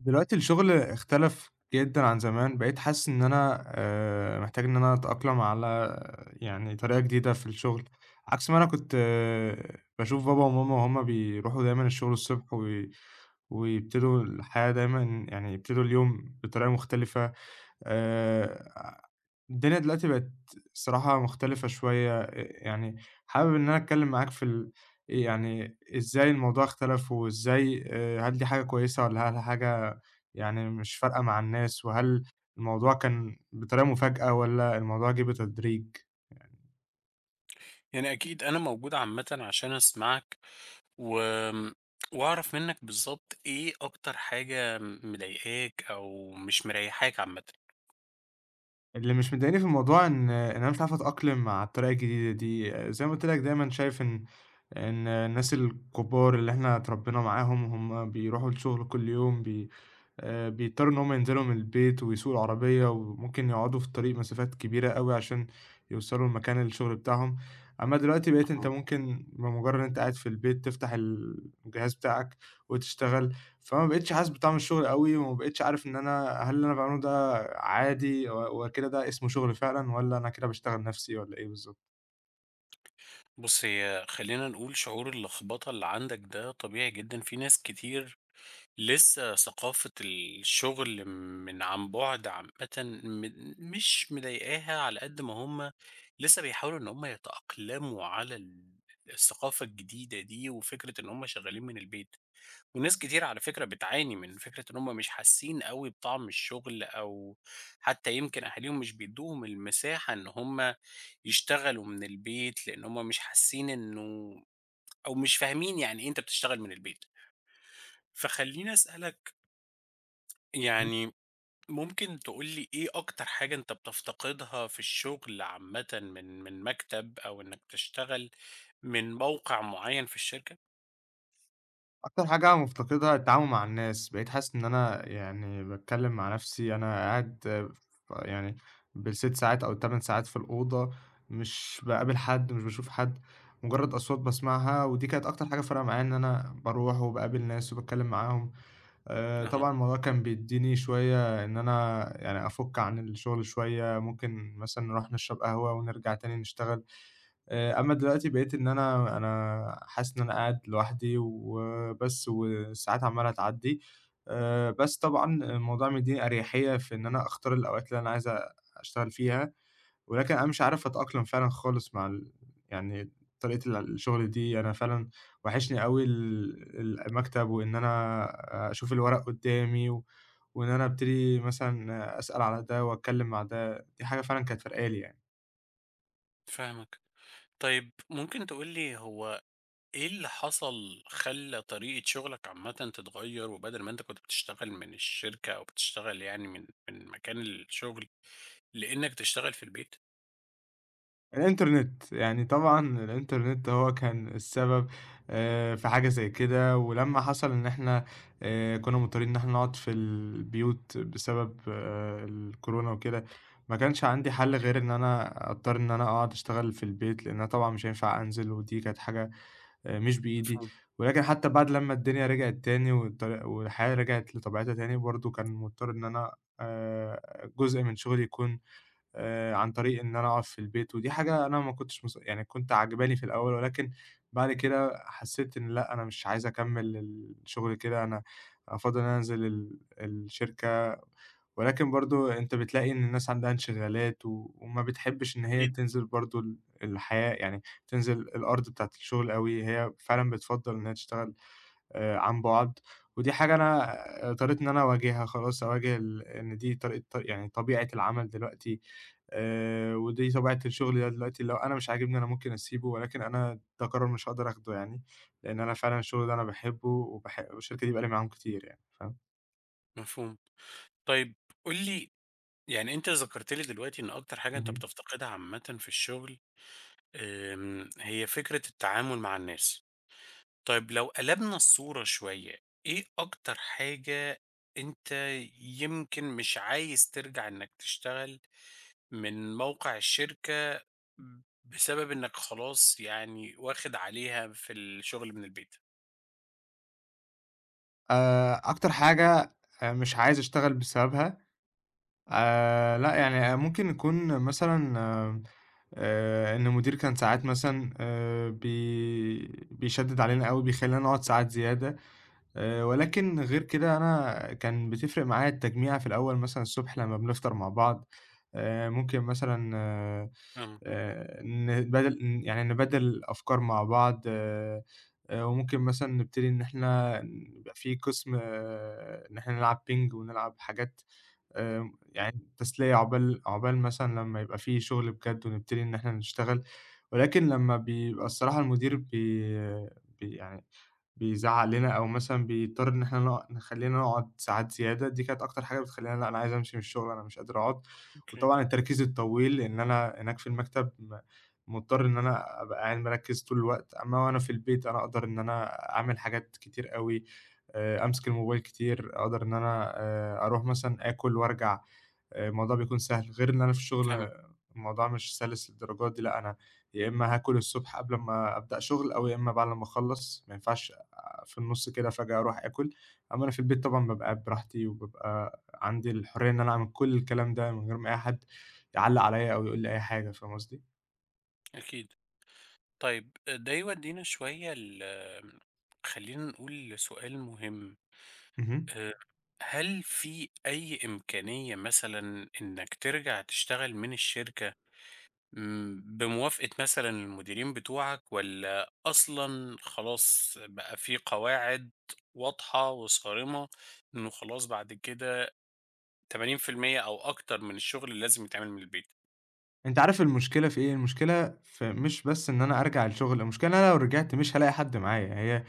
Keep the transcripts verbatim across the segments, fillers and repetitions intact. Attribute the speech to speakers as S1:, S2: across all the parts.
S1: دلوقتي الشغل اختلف جدًا عن زمان، بقيت حاسس إن أنا آآ، محتاج إن أنا أتأقلم على آه، يعني طريقة جديدة في الشغل، عكس ما أنا كنت باشوف بابا وماما وهُم بيروحوا دايمًا الشغل الصبح وي ويبتدوا الحياة دايمًا يعني يبتدوا اليوم بطريقة مختلفة. آآ الدنيا دلوقتي بقت الصراحة مختلفة شوية. آآ يعني حابب إن أنا أتكلّم معاك في ال إيه، يعني إزاي الموضوع اختلف وإزاي، آآ هل دي حاجة كويسة والّا هل حاجة يعني مش فارقة مع الناس، وهل الموضوع كان بطريقة مفاجأة والّا الموضوع جِه بتدريج؟
S2: يعني أكيد أنا موجود عامةً عشان أسمعك، و آمم، وأعرف منك بالضبط إيه أكتر حاجة مضايقاك أو مش مريحاك عامةً.
S1: اللي مش مضايقني في الموضوع إن إن أنا مش عارف أتأقلم مع الطريقة الجديدة دي، آه، زي ما قُلت لك دايمًا شايف إن إن الناس الكبار اللي إحنا اتربّينا معاهم هم بيروحوا الشغل كل يوم بي آه، بيضطروا إن هم ينزلوا من البيت ويسوقوا العربية وممكن يقعدوا في الطريق مسافات كبيرة أوي عشان يوصلوا لمكان الشغل بتاعهم. أما دلوقتي بقيت أنت
S2: اهم.
S1: ممكن بمجرد إن أنت قاعد في البيت تفتح الجهاز بتاعك وتشتغل، فما بقيتش حاسس بطعم الشغل أوي، وما بقيتش عارف إن أنا هل اللي أنا باعمله ده عادي و وكده ده اسمه شغل فعلًا والّا أنا كده باشتغل نفسي والّا إيه بالضبط؟
S2: بُص، هي خلّينا نقول شعور اللخبطة اللي عندك ده طبيعي جدًا، في ناس كتير لسه ثقافة الشغل من عن بُعد عامةً م مش مضايقاها على قد ما هُم لسه بيحاولوا إن هُم يتأقلموا على ال الثقافة الجديدة دي وفكرة إن هُم شغالين من البيت. وناس كتير على فكرة بتعاني من فكرة إن هم مش حاسين قوي بطعم الشغل أو حتى يمكن أهاليهم مش بيدوهم المساحة إن هم يشتغلوا من البيت لأن هم مش حاسين إنه أو مش فاهمين يعني إيه أنت بتشتغل من البيت فخليني أسألك يعني ممكن تقولي إيه أكتر حاجة أنت بتفتقدها في الشغل عامة من من مكتب أو إنك تشتغل من موقع معين في الشركة؟
S1: أكتر حاجة مفتقدها التعامل مع الناس، بقيت حاسس إن أنا يعني باتكلم مع نفسي، أنا قاعد ف يعني بالست ساعات أو التمن ساعات في الأوضة، مش باقابل حد، مش باشوف حد، مجرد أصوات باسمعها، ودي كانت أكتر حاجة فارقة معايا إن أنا باروح وباقابل ناس وباتكلم معاهم. آآ
S2: أها
S1: طبعًا الموضوع كان بيدّيني شوية إن أنا يعني أفُك عن الشغل شوية، ممكن مثلًا نروح نشرب قهوة ونرجع تاني نشتغل. آآ، أمّا دلوقتي بقيت إن أنا أنا حاسس إن أنا قاعد لوحدي وبس، والساعات عمّالة تعدّي. آآ، بس طبعًا الموضوع مدّيني أريحية في إن أنا أختار الأوقات اللي أنا عايز أ أشتغل فيها، ولكن أنا مش عارف أتأقلم فعلًا خالص مع ال يعني طريقة ال الشغل دي، أنا فعلًا واحشني أوي ال المكتب وإن أنا أشوف الورق قدّامي و وإن أنا أبتدي مثلًا أسأل على ده وأتكلم مع ده، دي حاجة فعلًا كانت فارقة لي يعني.
S2: فاهمك طيب ممكن تقولي هو إيه اللي حصل خلّى طريقة شغلك عامةً تتغيّر، وبدل ما أنت كنت بتشتغل من الشركة أو بتشتغل يعني من من مكان الشغل، لإنك تشتغل في البيت؟
S1: الإنترنت، يعني طبعًا الإنترنت هو كان السبب آآ في حاجة زي كده، ولمّا حصل إن إحنا آآ كنا مضطرين إن إحنا نقعد في البيوت بسبب آه، الكورونا وكده، ما كانش عندي حل
S2: أوكي،
S1: غير إن أنا أضطر إن أنا أقعد أشتغل في البيت، لإن أنا طبعًا مش هينفع أنزل. ودي كانت حاجة آآ مش بإيدي،
S2: مفهوم.
S1: ولكن حتى بعد لمّا الدنيا رجعت تاني والطر والحياة رجعت لطبيعتها تاني، برضه كان مضطر إن أنا آآ جزء من شغلي يكون آآ عن طريق إن أنا أقعد في البيت، ودي حاجة أنا ما كنتش مس يعني كنت عاجباني في الأول، ولكن بعد كده حسّيت إن لأ، أنا مش عايز أكمّل الشغل كده، أنا أفضّل إن أنا أنزل ال الشركة، ولكن برضه أنت بتلاقي إن الناس عندها انشغالات، و وما بتحبّش إن هي
S2: أكيد،
S1: تنزل برضه ال الحياة، يعني تنزل الأرض بتاعة الشغل أوي، هي فعلًا بتفضّل إن هي تشتغل آآ عن بُعد، ودي حاجة أنا، آه، اضطريت إن أنا أواجهها خلاص، أواجه ال إن دي طريقة طر- يعني طبيعة العمل دلوقتي. آآ ودي طبيعة الشغل ده دلوقتي، لو أنا مش عاجبني أنا ممكن أسيبه، ولكن أنا ده قرار مش هاقدر آخده يعني، لإن أنا فعلًا الشغل ده أنا باحبه وباح والشركة دي بقى لي معاهم كتير يعني، فاهم؟
S2: مفهوم. طيب قُل لي يعني أنت ذكرت لي دلوقتي إن أكتر حاجة أنت
S1: اهم.
S2: بتفتقدها عامةً في الشغل، آمم، هي فكرة التعامل مع الناس. طيب لو قلبنا الصورة شوية، إيه أكتر حاجة أنت يمكن مش عايز ترجع إنك تشتغل من موقع الشركة بسبب إنك خلاص يعني واخد عليها في الشغل من البيت.
S1: آآ أكتر حاجة آآ مش عايز أشتغل بسببها، آآ لأ، يعني ممكن يكون مثلًا، آآ آآ إن المدير كان ساعات مثلًا آآ بي بيشدِّد علينا أوي، بيخلّينا نقعد ساعات زيادة، آآ ولكن غير كده أنا كان بتفرق معايا التجميعة في الأول مثلًا الصبح لمّا بنفطر مع بعض. آآ ممكن مثلًا آه،
S2: إمم،
S1: آآ نبادل يعني نبادل الأفكار مع بعض، آآ وممكن مثلًا نبتدي إن إحنا يبقى في قسم، آه، إن إحنا نلعب بينج ونلعب حاجات، آآ يعني تسلية عقبال عقبال مثلًا لمّا يبقى في شغل بجد ونبتدي إن إحنا نشتغل، ولكن لمّا بيبقى الصراحة المدير، بي بي يعني بيزعّق لنا أو مثلًا بيضطر إن إحنا نق نخلّينا نقعد ساعات زيادة، دي كانت أكتر حاجة بتخلّيني، لأ أنا عايز أمشي من الشغل، أنا مش قادر أقعد.
S2: أوكي،
S1: وطبعًا التركيز الطويل لإن أنا هناك في المكتب م مضطر إن أنا أبقى قاعد مركّز طول الوقت، أمّا وأنا في البيت أنا أقدر إن أنا أعمل حاجات كتير أوي، آآ أمسك الموبايل كتير، أقدر إن أنا آآ أروح مثلًا آكل وأرجع. آآ الموضوع بيكون سهل، غير إن أنا في
S2: فاهمك،
S1: الشغل الموضوع مش سَلِس للدرجة دي، لأ أنا يا إمّا هاكل الصبح قبل ما أبدأ شغل أو يا إمّا بعد لمّا أخلّص، ما ينفعش في النُص كده فجأة أروح آكل. أمّا أنا في البيت طبعًا بابقى قاعد براحتي، وبابقى عندي الحرية إن أنا أعمل كل الكلام ده من غير ما أي حد يعلّق عليَّ أو يقول لي أي حاجة، فاهم قصدي؟
S2: أكيد. طيب آه، ده يودينا شوية ل خلّينا نقول سؤال مهم،
S1: اهم.
S2: آآ، هل في أي إمكانية مثلًا إنك ترجع تشتغل من الشركة إمم، بموافقة مثلًا المديرين بتوعك والّا أصلًا خلاص بقى في قواعد واضحة وصارمة إنه خلاص بعد كده تمانين في المية أو أكتر من الشغل اللي لازم يتعمل من البيت.
S1: أنت عارف المشكلة في إيه، المشكلة في مش بس إن أنا أرجع الشغل، المشكلة إن أنا لو رجعت مش هالاقي حد معايا. هي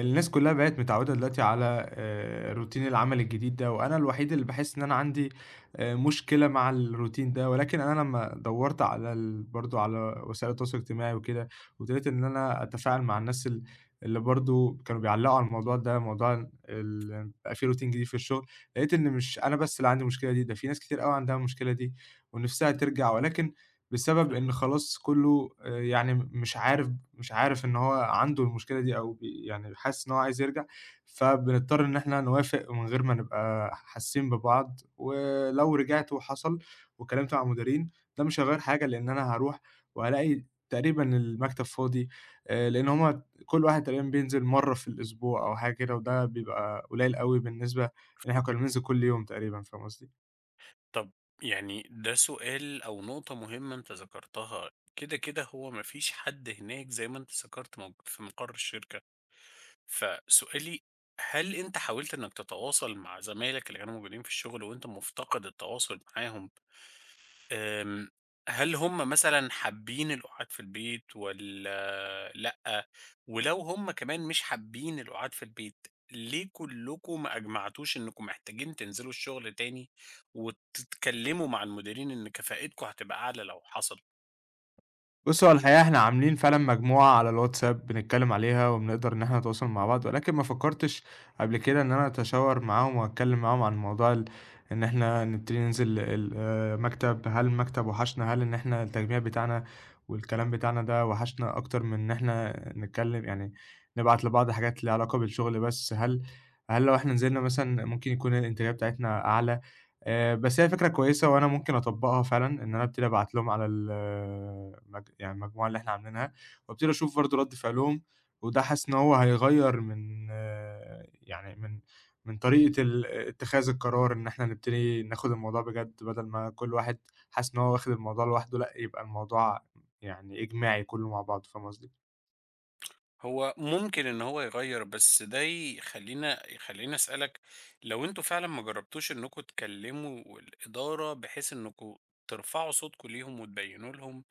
S1: الناس كلّها بقت متعوّدة دلوقتي على آآ روتين العمل الجديد ده، وأنا الوحيد اللي باحس إن أنا عندي آآ مشكلة مع الروتين ده، ولكن أنا لمّا دوّرت على ال برضه على وسائل التواصل الاجتماعي وكده، وابتديت إن أنا أتفاعل مع الناس ال اللي برضه كانوا بيعلّقوا على الموضوع ده، موضوع ال بقى في روتين جديد في الشغل، لقيت إن مش أنا بس اللي عندي المشكلة دي، ده في ناس كتير أوي عندها المشكلة دي ونِفْسها ترجع، ولكن بسبب
S2: فاهمك.
S1: إن خلاص كُلّه، آآ يعني م مش عارف مش عارف إن هو عنده المشكلة دي، أو بي يعني حاسس إن هو عايز يرجع، فبنضطر إن إحنا نوافق من غير ما نبقى حاسين ببعض. ولو رجعت وحصل واتكلمت مع المديرين، ده مش هيغيّر حاجة، لإن أنا هاروح وهالاقي تقريبًا المكتب فاضي، آآ لإن هُم كل واحد تقريبًا بينزل مرّة في الأسبوع أو حاجة كده، وده بيبقى قليل أوي بالنسبة إن إحنا كُنّا بننزل كل يوم تقريبًا، فاهم قصدي؟
S2: طب يعني ده سؤال أو نقطة مهمة أنت ذكرتها، كده، كده هو ما فيش حد هناك زي ما أنت ذكرت موجود في مقر الشركة. فسؤالي هل أنت حاولت إنك تتواصل مع زمايلك اللي كانوا موجودين في الشغل وأنت مفتقد التواصل معاهم؟ آمم، هل هم مثلًا حابين القعاد في البيت والّا لأ؟ ولو هم كمان مش حابين القعاد في البيت، ليه كلكم ما أجمعتوش إنكم محتاجين تنزلوا الشغل تاني وتتكلموا مع المديرين إن كفاءتكم هتبقى أعلى لو حصل؟
S1: بُصّي، هو الحقيقة إحنا عاملين فعلًا مجموعة على الواتساب بنتكلّم عليها وبنقدر إن إحنا نتواصل مع بعض، ولكن ما فكّرتش قبل كده إن أنا أتشاور معاهم وأتكلّم معاهم عن موضوع ال إن إحنا نبتدي ننزل ال آآ مكتب، هل المكتب وحشنا، هل إن إحنا التجميع بتاعنا والكلام بتاعنا ده وحشنا أكتر من إن إحنا نتكلّم يعني نبعت لبعض حاجات ليها علاقة بالشغل بس. هل هل لو إحنا نزلنا مثلًا ممكن يكون الإنتاجية بتاعتنا أعلى؟ آآ، بس هي فكرة كويسة وأنا ممكن أطبّقها فعلًا، إن أنا أبتدي أبعت لهم على ال مج يعني المجموعة اللي إحنا عاملينها، وأبتدي أشوف برضه رَد فعلهم، وده حاسس إن هو هيغيّر من، آه، يعني من من طريقة ال اتخاذ القرار، إن إحنا نبتدي ناخد الموضوع بجد، بدل ما كل واحد حاسس إن هو واخد الموضوع لوحده، لأ، يبقى الموضوع يعني إجماعي كلّه مع بعضه، فاهم قصدي؟
S2: هو ممكن إن هو يغيّر، بس ده يخلّينا يخلّيني أسألك لو أنتم فعلًا ما جرّبتوش إنكم تكلّموا الإدارة بحيث إنكم ترفعوا صوتكم ليهم وتبيّنوا لهم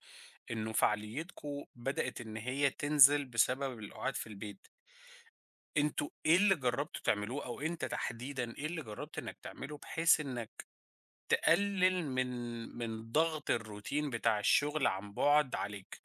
S2: إنه فعاليتكم بدأت إن هي تنزل بسبب القعاد في البيت، أنتم إيه اللي جرّبتوا تعملوه أو أنت تحديدًا إيه اللي جرّبت إنك تعمله بحيث إنك تقلّل من من ضغط الروتين بتاع الشغل عن بُعد عليك؟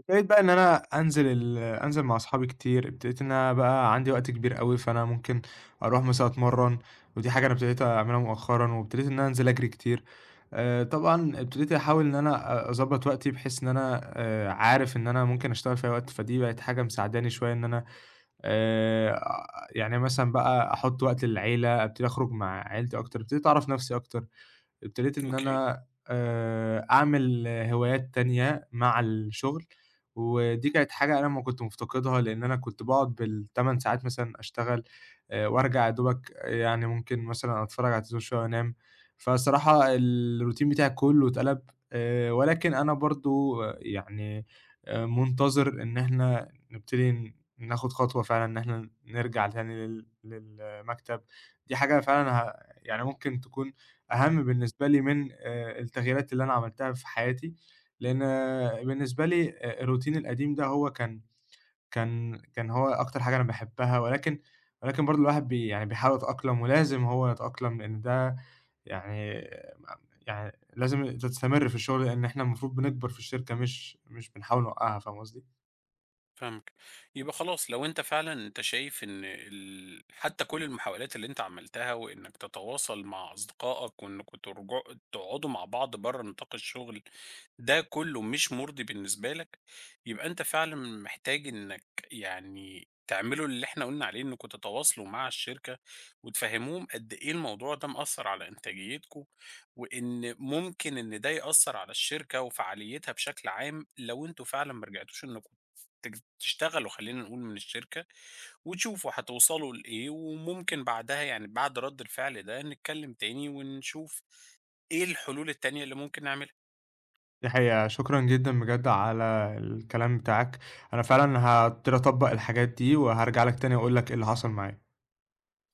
S1: ابتديت بقى إن أنا أنزل ال أنزل مع أصحابي كتير، ابتديت إن أنا بقى عندي وقت كبير أوي، فأنا ممكن أروح مثلًا أتمرّن، ودي حاجة أنا ابتديت أعملها مؤخرًا، وابتديت إن أنا أنزل أجري كتير. آآ طبعًا ابتديت أحاول إن أنا أ أضبّط وقتي بحيث إن أنا آآ عارف إن أنا ممكن أشتغل في أي وقت، فدي بقت حاجة مساعداني شوية إن أنا، آآ يعني مثلًا بقى أحُط وقت للعيلة، أبتدي أخرج مع عيلتي أكتر، ابتديت أعرف نَفْسي أكتر. ابتديت إن
S2: أوكي.
S1: أنا آآ أعمل هوايات تانية مع الشغل، ودي كانت حاجة أنا ما كنت مفتقدها، لإن أنا كنت باقعد بالثماني ساعات مثلًا أشتغل، آآ وأرجع يا دوبك، آه، يعني ممكن مثلًا أتفرج على التلفزيون شوية وأنام، فالصراحة الروتين بتاعي كلّه اتقلب. آآ ولكن أنا برضه يعني آآ منتظر إن إحنا نبتدي ن ناخد خطوة فعلًا إن إحنا نرجع تاني لل للمكتب، دي حاجة فعلًا ه يعني ممكن تكون أهم بالنسبة لي من آآ التغييرات اللي أنا عملتها في حياتي، لإن آه، بالنسبة لي آآ الروتين القديم ده هو كان كان كان هو أكتر حاجة أنا باحبها، ولكن ولكن برضه الواحد بي يعني بيحاول يتأقلم، ولازم هو يتأقلم لإن ده يعني م يعني لازم تستمر في الشغل، لإن إحنا المفروض بنكبر في الشركة مش مش بنحاول نوقّعها، فاهم قصدي؟
S2: فاهمك. يبقى خلاص لو أنت فعلًا أنت شايف إن ال حتى كل المحاولات اللي أنت عملتها وإنك تتواصل مع أصدقائك وإنكم ترجعوا تقعدوا مع بعض برّه نطاق الشغل ده كله مش مُرضي بالنسبة لك، يبقى أنت فعلًا محتاج إنك يعني تعملوا اللي إحنا قُلنا عليه، إنكم تتواصلوا مع الشركة وتفهّموهم قد إيه الموضوع ده مأثّر على إنتاجيتكم، وإن ممكن إن ده يأثّر على الشركة وفعاليتها بشكل عام لو أنتم فعلًا ما رجعتوش إنكم تج تشتغلوا خلّينا نقول من الشركة، وتشوفوا هتوصلوا لإيه، وممكن بعدها يعني بعد رَد الفعل ده نتكلّم تاني ونشوف إيه الحلول التانية اللي ممكن نعملها.
S1: دي حقيقة، شكرًا جدًا بجد على الكلام بتاعك، أنا فعلًا هابتدي أطبّق الحاجات دي، وهارجع لك تاني أقول لك إيه اللي حصل معايا.